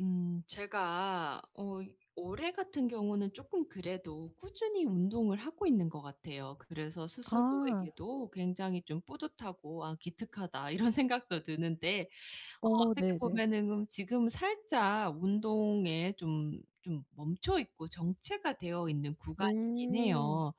제가 올해 같은 경우는 조금 그래도 꾸준히 운동을 하고 있는 것 같아요. 그래서 아. 스스로에게도 굉장히 좀 뿌듯하고 '아 기특하다.' 이런 생각도 드는데 어 어떻게 네네. 보면은 지금 살짝 운동에 좀 멈춰 있고 정체가 되어 있는 구간이긴 음. 해요.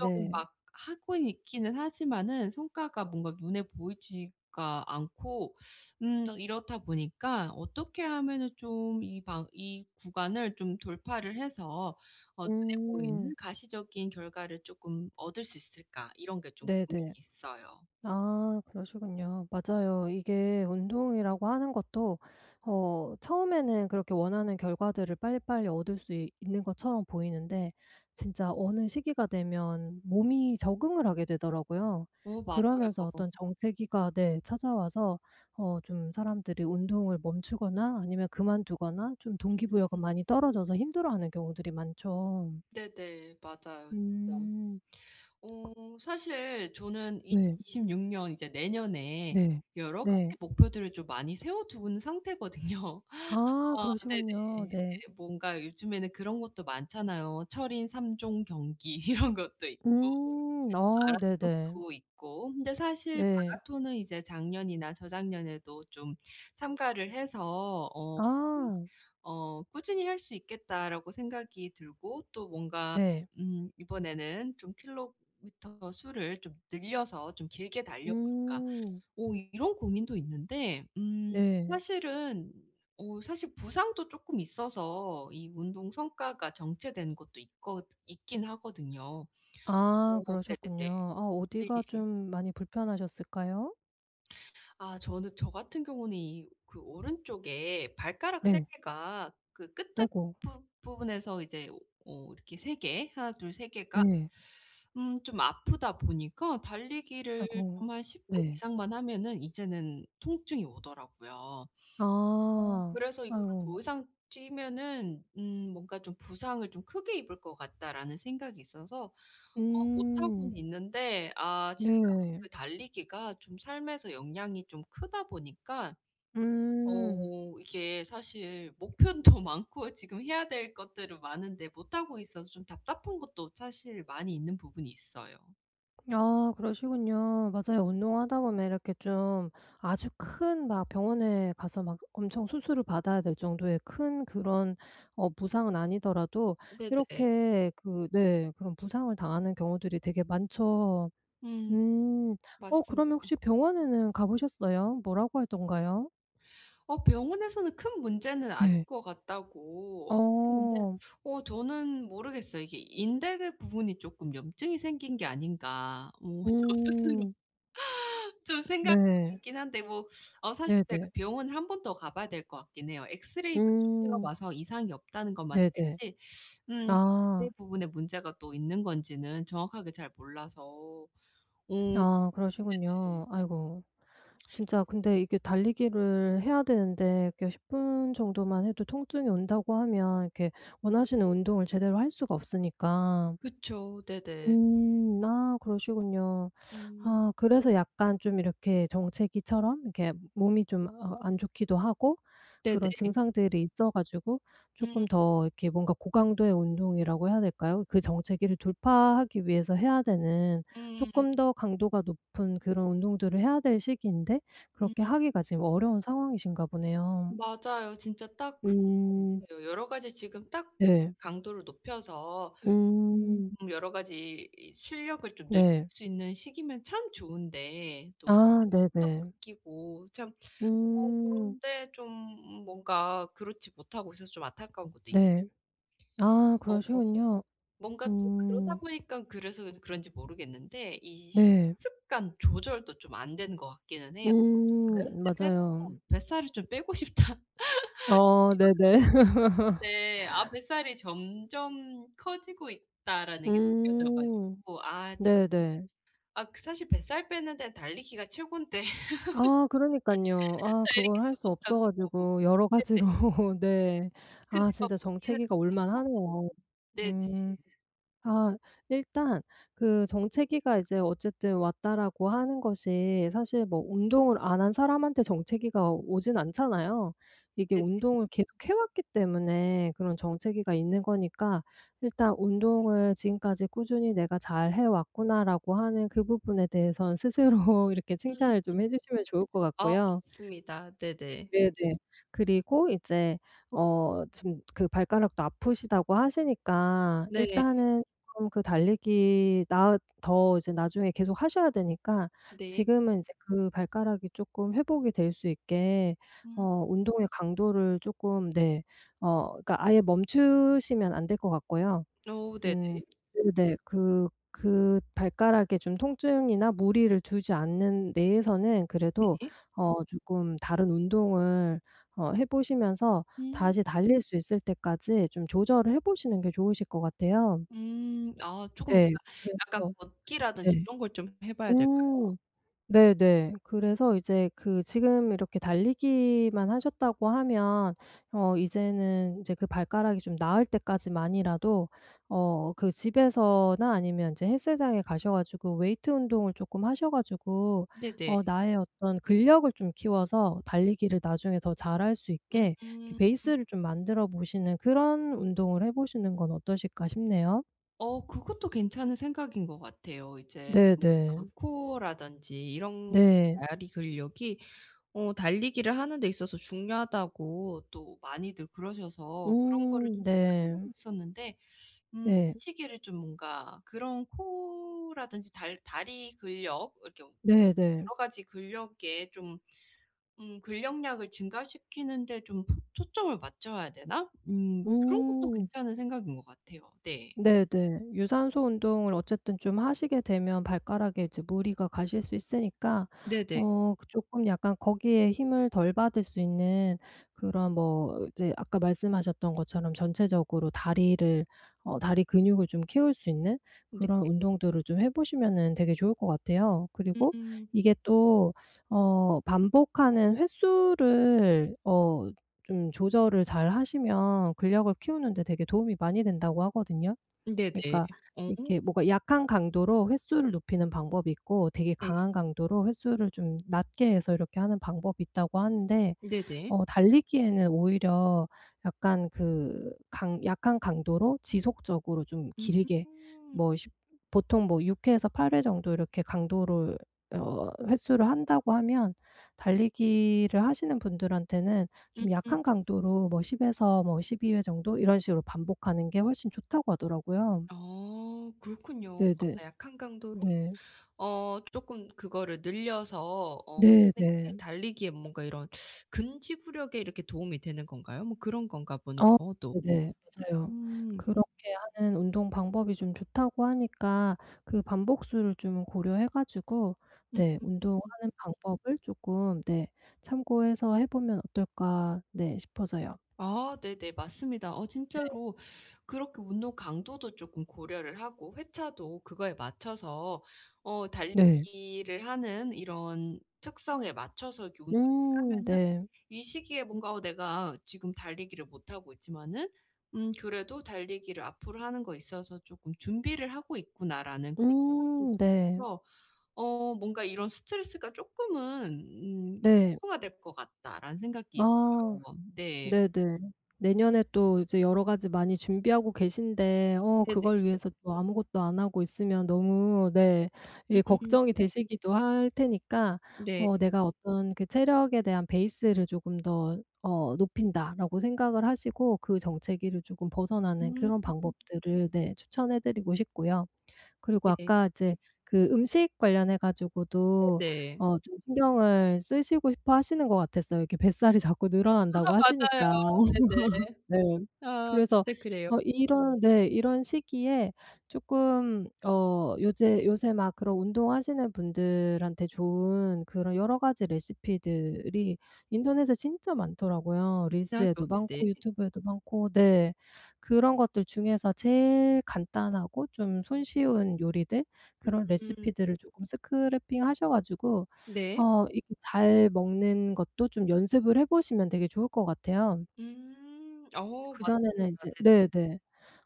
노력을 막 하고 있기는 하지만은 성과가 뭔가 눈에 보이지가 않고 이렇다 보니까 어떻게 하면은 좀 이 구간을 좀 돌파를 해서 눈에 음. 보이는 가시적인 결과를 쪼끔 얻을 수 있을까? 이런 게 좀 고민이 네네. 있어요. 아 그러시군요. 맞아요. 이게 운동이라고 하는 것도 어 처음에는 그렇게 원하는 결과들을 빨리빨리 얻을 수 있 있는 것처럼 보이는데 진짜 어느 시기가 되면 몸이 적응을 하게 되더라고요. 어 그러면서 맞아요. 어떤 정체기가 네 찾아와서 어 좀 사람들이 운동을 멈추거나 아니면 그만두거나 좀 동기부여가 많이 떨어져서 힘들어하는 경우들이 많죠. 네네. 맞아요, 진짜. 음. 어 사실 저는 네. 2026년, 이제 내년에 네. 여러 가지 네. 목표들을 좀 많이 세워 둔 상태거든요. 아 아, 그러시군요. 네네. 네. 네. 뭔가 요즘에는 그런 것도 많잖아요. 철인 3종 경기 이런 것도 있고 음. 아 네네. 마라톤도 있고. 근데 사실 네. 마라톤은 이제 작년이나 저작년에도 좀 참가를 해서 좀 아 '꾸준히 할 수 있겠다.'라고 생각이 들고 또 뭔가 네. 이번에는 좀 킬로미터 수를 좀 늘려서 좀 길게 달려 볼까. 음. 오, 이런 고민도 있는데 네. 사실은 사실 부상도 조금 있어서 이 운동 성과가 정체된 것도 있거 있긴 하거든요. 아 어 그러셨군요. 네네네. 아 네. 어디가 좀 많이 불편하셨을까요? 아, 저는 저 같은 경우는 이 그 오른쪽에 발가락 3 네. 개가 그 끝에 아이고. 부 부분에서 이제 이렇게 3개, 하나 둘 세 개가 네. 좀 아프다 보니까 달리기를 아이고. 정말 10분 네. 이상만 하면은 이제는 통증이 오더라고요. 아. 그래서 '이거를 아이고. 더 이상 뛰면은 뭔가 좀 부상을 좀 크게 입을 것 같다.'라는 생각이 있어서 음. 못하고는 있는데 아, 진짜 네. 그 달리기가 좀 삶에서 영향이 좀 크다 보니까 음. 이게 사실 목표도 많고 지금 해야 될 것들은 많은데 못하고 있어서 좀 답답한 것도 사실 많이 있는 부분이 있어요. 아 그러시군요. 맞아요. 운동하다 보면 이렇게 좀 아주 큰 막 병원에 가서 막 엄청 수술을 받아야 될 정도의 큰 그런 어 부상은 아니더라도 네네. 이렇게 그 네 그런 부상을 당하는 경우들이 되게 많죠. 음 음. 어 그러면 혹시 맞습니다. 병원에는 가 보셨어요? 뭐라고 하던가요? 병원에서는 큰 문제는 아닐 네. 것 같다고 하시는데 어. 저는 모르겠어요. 이게 인대 그 부분이 조금 염증이 생긴 게 아닌가 뭐 저 스스로 음. 좀 생각하고 네. 있긴 한데 뭐 사실 제가 네네. 병원을 한 번 더 가 봐야 될 것 같긴 해요. 엑스레이만 좀 찍어 음. 봐서 이상이 없다는 것만 네네. 알지 음 아. 인대 부분에 문제가 또 있는 건지는 정확하게 잘 몰라서. 어 아 네. 그러시군요. 아이고. 진짜 근데 이게 달리기를 해야 되는데 이렇게 10분 정도만 해도 통증이 온다고 하면 이렇게 원하시는 운동을 제대로 할 수가 없으니까 그쵸. 네네. 아 그러시군요. 음. 아 그래서 약간 좀 이렇게 정체기처럼 이렇게 몸이 좀 어 안 좋기도 하고 네네. 그런 증상들이 있어 가지고 조금 음. 더 이렇게 뭔가 고강도의 운동이라고 해야 될까요? 그 정체기를 돌파하기 위해서 해야 되는 음. 조금 더 강도가 높은 그런 운동들을 해야 될 시기인데 음. 그렇게 하기가 지금 어려운 상황이신가 보네요. 맞아요. 진짜 딱 그런 것 음. 같아요. 여러 가지 지금 딱 네. 강도를 높여서 음. 여러 가지 이 실력을 좀 늘릴 네. 수 있는 시기면 참 좋은데 또 아 또 네네. 바뀌고 참 음. 그런데 좀 뭔가 그렇지 못하고 있어서 좀 안타까운 것도 있고 네. 아 어, 그러시군요. 뭔가 또 그러다 음 보니까 그래서 그런지 모르겠는데 이 네. 식습관 조절도 좀 안 되는 것 같기는 해요. 다이어트를 맞아요. 해서 '뱃살을 좀 빼고 싶다.' 어 이런 네네. 생각이 드는데 아, 뱃살이 점점 커지고 있다라는 게 느껴져 음 가지고 아, 참. 네네. 아, 그 사실 뱃살 빼는 데는 달리기가 최곤데 아 그러니깐요. 아 그걸 할 달리기도 수 못 없어 하고. 가지고 여러 가지로 네네. 네. 근데 아 막 진짜 먹기는 정체기가 더 올 많이 먹고. 만하네요. 네네네네. 음. 아 일단 그 정체기가 이제 어쨌든 왔다라고 하는 것이 사실 뭐 운동을 안 한 사람한테 정체기가 오진 않잖아요. 이게 운동을 계속 해 왔기 때문에 그런 정체기가 있는 거니까 일단 '운동을 지금까지 꾸준히 내가 잘 해 왔구나.'라고 하는 그 부분에 대해선 스스로 이렇게 음. 칭찬을 좀 해 주시면 좋을 것 아, 같고요. 맞습니다. 네네. 네네. 그리고 이제 어 지금 그 발가락도 아프시다고 하시니까 네. 일단은 쪼끔 그 달리기 나 더 이제 나중에 계속 하셔야 되니까 네. 지금은 인제 그 발가락이 쪼끔 회복이 될 수 있게 음. 어 운동의 강도를 쪼끔 네 어 그러니까 아예 멈추시면 안 될 것 같고요. 어 네네. 음 네네. 그 발가락에 좀 통증이나 무리를 주지 않는 내에서는 그래도 네. 어 조금 다른 운동을 어 해 보시면서 음. 다시 달릴 수 있을 때까지 좀 조절을 해 보시는 게 좋으실 것 같아요. 음. 아, 쪼금 네. 뭔가 약간 그래서 걷기라든지 네. 이런 걸 좀 해 봐야 될까요? 음. 네네. 그래서 이제 그 지금 이렇게 달리기만 하셨다고 하면 어 이제는 이제 그 발가락이 좀 나을 때까지만이라도 어 그 집에서나 아니면 이제 헬스장에 가셔 가지고 웨이트 운동을 쪼끔 하셔 가지고 네네. 어 나의 어떤 근력을 좀 키워서 달리기를 나중에 더 잘할 수 있게 이렇게 음. 베이스를 좀 만들어 보시는 그런 운동을 해 보시는 건 어떠실까 싶네요. 그것도 괜찮은 생각인 것 같아요. 이제 네네. 뭔가 코어라든지 이런 네. 다리 근력이 달리기를 하는 데 있어서 중요하다고 또 많이들 그러셔서 그런 거를 좀 생각은 네. 하고 있었는데 음 네. 이 시기를 좀 뭔가 그런 코어라든지 달 다리 근력 이렇게 여러 네네. 가지 근력에 좀 '근력량을 증가시키는 데 좀 포 초점을 맞춰야 되나?' 그런 것도 음. 괜찮은 생각인 것 같아요. 네. 네네. 유산소 운동을 어쨌든 좀 하시게 되면 발가락에 이제 무리가 가실 수 있으니까 네네. 어 그쪼 약간 거기에 힘을 덜 받을 수 있는 그런 뭐 이제 아까 말씀하셨던 것처럼 전체적으로 다리를 어 다리 근육을 좀 키울 수 있는 네. 그런 운동들을 좀 해 보시면은 되게 좋을 것 같아요. 그리고 음. 이게 또 어 반복하는 횟수를 어 좀 조절을 잘 하시면 근력을 키우는 데 되게 도움이 많이 된다고 하거든요. 네네. 그러니까 어 이렇게 뭐가 약한 강도로 횟수를 높이는 방법이 있고 되게 네. 강한 강도로 횟수를 좀 낮게 해서 이렇게 하는 방법이 있다고 하는데 네네. 어 달리기에는 오히려 약간 그 강 약한 강도로 지속적으로 좀 음. 길게 뭐 십 보통 뭐 6 회에서 8회 정도 이렇게 강도를 어 횟수를 한다고 하면 달리기를 하시는 분들한테는 좀 음. 약한 강도로 뭐 10 에서 뭐 12회 정도 이런 식으로 반복하는 게 훨씬 좋다고 하더라고요. 아, 그렇군요. 네네. 아, 약한 강도로 네. 쪼끔 그거를 늘려서 어 하는 게 네네. 달리기에 뭔가 이런 근지구력에 이렇게 도움이 되는 건가요? 뭐 그런 건가 보네요 어 또. 네네. 맞아요. 음. 그렇게 하는 운동 방법이 좀 좋다고 하니까 그 반복수를 좀 고려해 가지고 네 운동하는 방법을 쪼끔 네 참고해서 해 보면 어떨까 네 싶어서요. 아 네네. 맞습니다. 네. 진짜로 그렇게 운동 강도도 조금 고려를 하고 회차도 그거에 맞춰서 네. 달리기를 하는 이런 특성에 맞춰서 이렇게 운동을 하면은 네. 이 시기에 뭔가 '어 내가 지금 달리기를 못하고 있지만은 그래도 달리기를 앞으로 하는 거 있어서 조금 준비를 하고 있구나.'라는 그런 생각도 들네. 어서 뭔가 이런 '스트레스가 조금은 음 네. 해소가 될 것 같다.'라는 생각이 아. 있어요. 네. 네네. 내년에 또 이제 여러 가지 많이 준비하고 계신데 어 네네. 그걸 위해서 또 아무것도 안 하고 있으면 너무 네 이 음 걱정이 되시기도 할 테니까 네. 어 '내가 어떤 그 체력에 대한 베이스를 조금 더 어 높인다.'라고 생각을 하시고 그 정체기를 조금 벗어나는 음 그런 방법들을 네 추천해 드리고 싶고요. 그리고 네. 아까 이제 그 음식 관련해 가지고도 네. 네. 어 좀 신경을 쓰시고 싶어 하시는 것 같았어요. 이렇게 뱃살이 자꾸 아, 늘어난다고 맞아요. 하시니까. 네네. 네. 아, 그래서 진짜 그래요. 어 이런 네 이런 시기에 쪼끔 어 요제 요새 막 그런 운동하시는 분들한테 좋은 그런 여러 가지 레시피들이 인터넷에 진짜 많더라고요. 그렇긴 하죠. 릴스에도 네네. 많고 유튜브에도 많고 네. 그런 것들 중에서 제일 간단하고 좀 손쉬운 요리들 그런 음 레시피들을 조금 스크래핑 하셔 가지고 네. 어 이게 잘 먹는 것도 좀 연습을 해 보시면 되게 좋을 것 같아요. 음. 어 그전에는 맞습니다. 이제 네. 네네.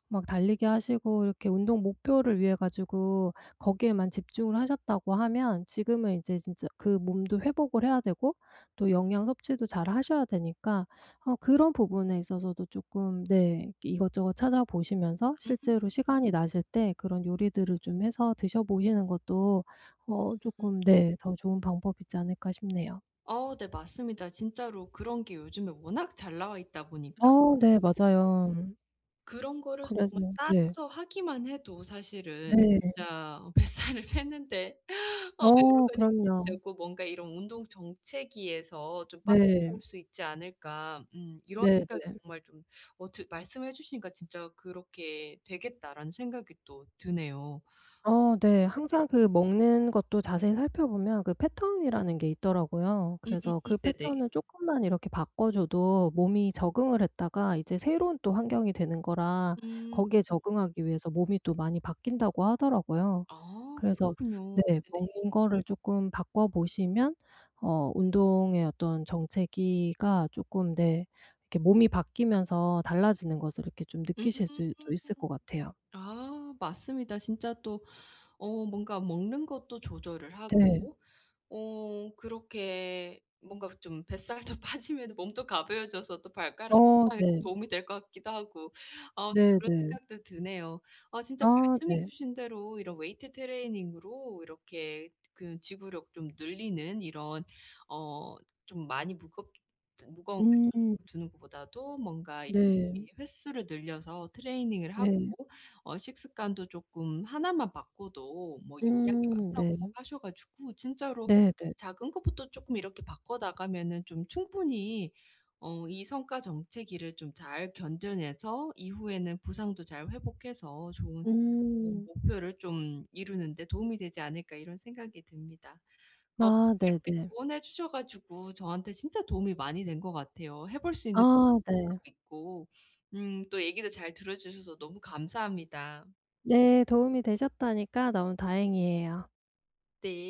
막 달리기 하시고 이렇게 운동 목표를 위해 가지고 거기에만 집중을 하셨다고 하면 지금은 이제 진짜 그 몸도 회복을 해야 되고 또 영양 섭취도 잘 하셔야 되니까 어 그런 부분에 있어서도 쪼끔 네 이것저것 찾아보시면서 실제로 시간이 나실 때 그런 요리들을 좀 해서 드셔보시는 것도 어 음. 쪼끔 네 더 좋은 방법이지 않을까 싶네요. 어네 맞습니다. 진짜로 그런 게 요즘에 워낙 잘 나와 있다 보니까, 어 네 네, 맞아요. 그런 거를 그래서 정말 네. 따라서 하기만 해도 사실은 네. 진짜 뱃살을 했는데 여러 어 가지 그럼요. 되고 뭔가 이런 운동 정체기에서 좀 네. 빠져나올 수 있지 않을까. 이런 네네. 생각이 정말 좀 어 드 말씀해 주시니까 진짜 '그렇게 되겠다.'라는 생각이 또 드네요. 어 네. 네네. 항상 그 먹는 것도 자세히 살펴보면 그 패턴이라는 게 있더라고요. 음. 그래서 그 네네. 패턴을 쪼끔만 이렇게 바꿔줘도 몸이 적응을 했다가 이제 새로운 또 환경이 되는 거라 음. 거기에 적응하기 위해서 몸이 또 많이 바뀐다고 하더라고요. 아, 그래서 그렇군요. 네 네네. 먹는 거를 쪼끔 바꿔보시면 어 운동의 어떤 정체기가 쪼끔 네 이렇게 몸이 바뀌면서 달라지는 것을 이렇게 좀 음. 느끼실 수도 있을 것 같아요. 아, 맞습니다. 진짜 또 뭔가 먹는 것도 조절을 하고 네. 그렇게 뭔가 좀 뱃살도 빠지면 몸도 가벼워져서 또 발가락 어 통창에도 네. 도움이 될 것 같기도 하고 그런 네네. 생각도 드네요. 아, 진짜 아 말씀해 네. 주신 대로 이런 웨이트 트레이닝으로 이렇게 그 지구력 좀 늘리는 이런 어 좀 많이 무겁 무거운 걸 음 두는 것보다도 뭔가 이 네. 횟수를 늘려서 트레이닝을 네. 하고 식습관도 조금 하나만 바꿔도 뭐 영향이 많다고 네. 하셔 가지고 진짜로 네네. 작은 것부터 조금 이렇게 바꿔 나가면은 좀 충분히 이 성과 정체기를 좀 잘 견뎌내서 이후에는 부상도 잘 회복해서 좋은 음. 목표를 좀 이루는 데 도움이 되지 않을까 이런 생각이 듭니다. 어 아 이렇게 네네. 조언해 주셔 가지고 저한테 진짜 도움이 많이 된 것 같아요. 해볼 수 있는 아 것도 바로 네. 있고 또 얘기도 잘 들어 주셔서 너무 감사합니다. 네 도움이 되셨다니까 너무 다행이에요. 네.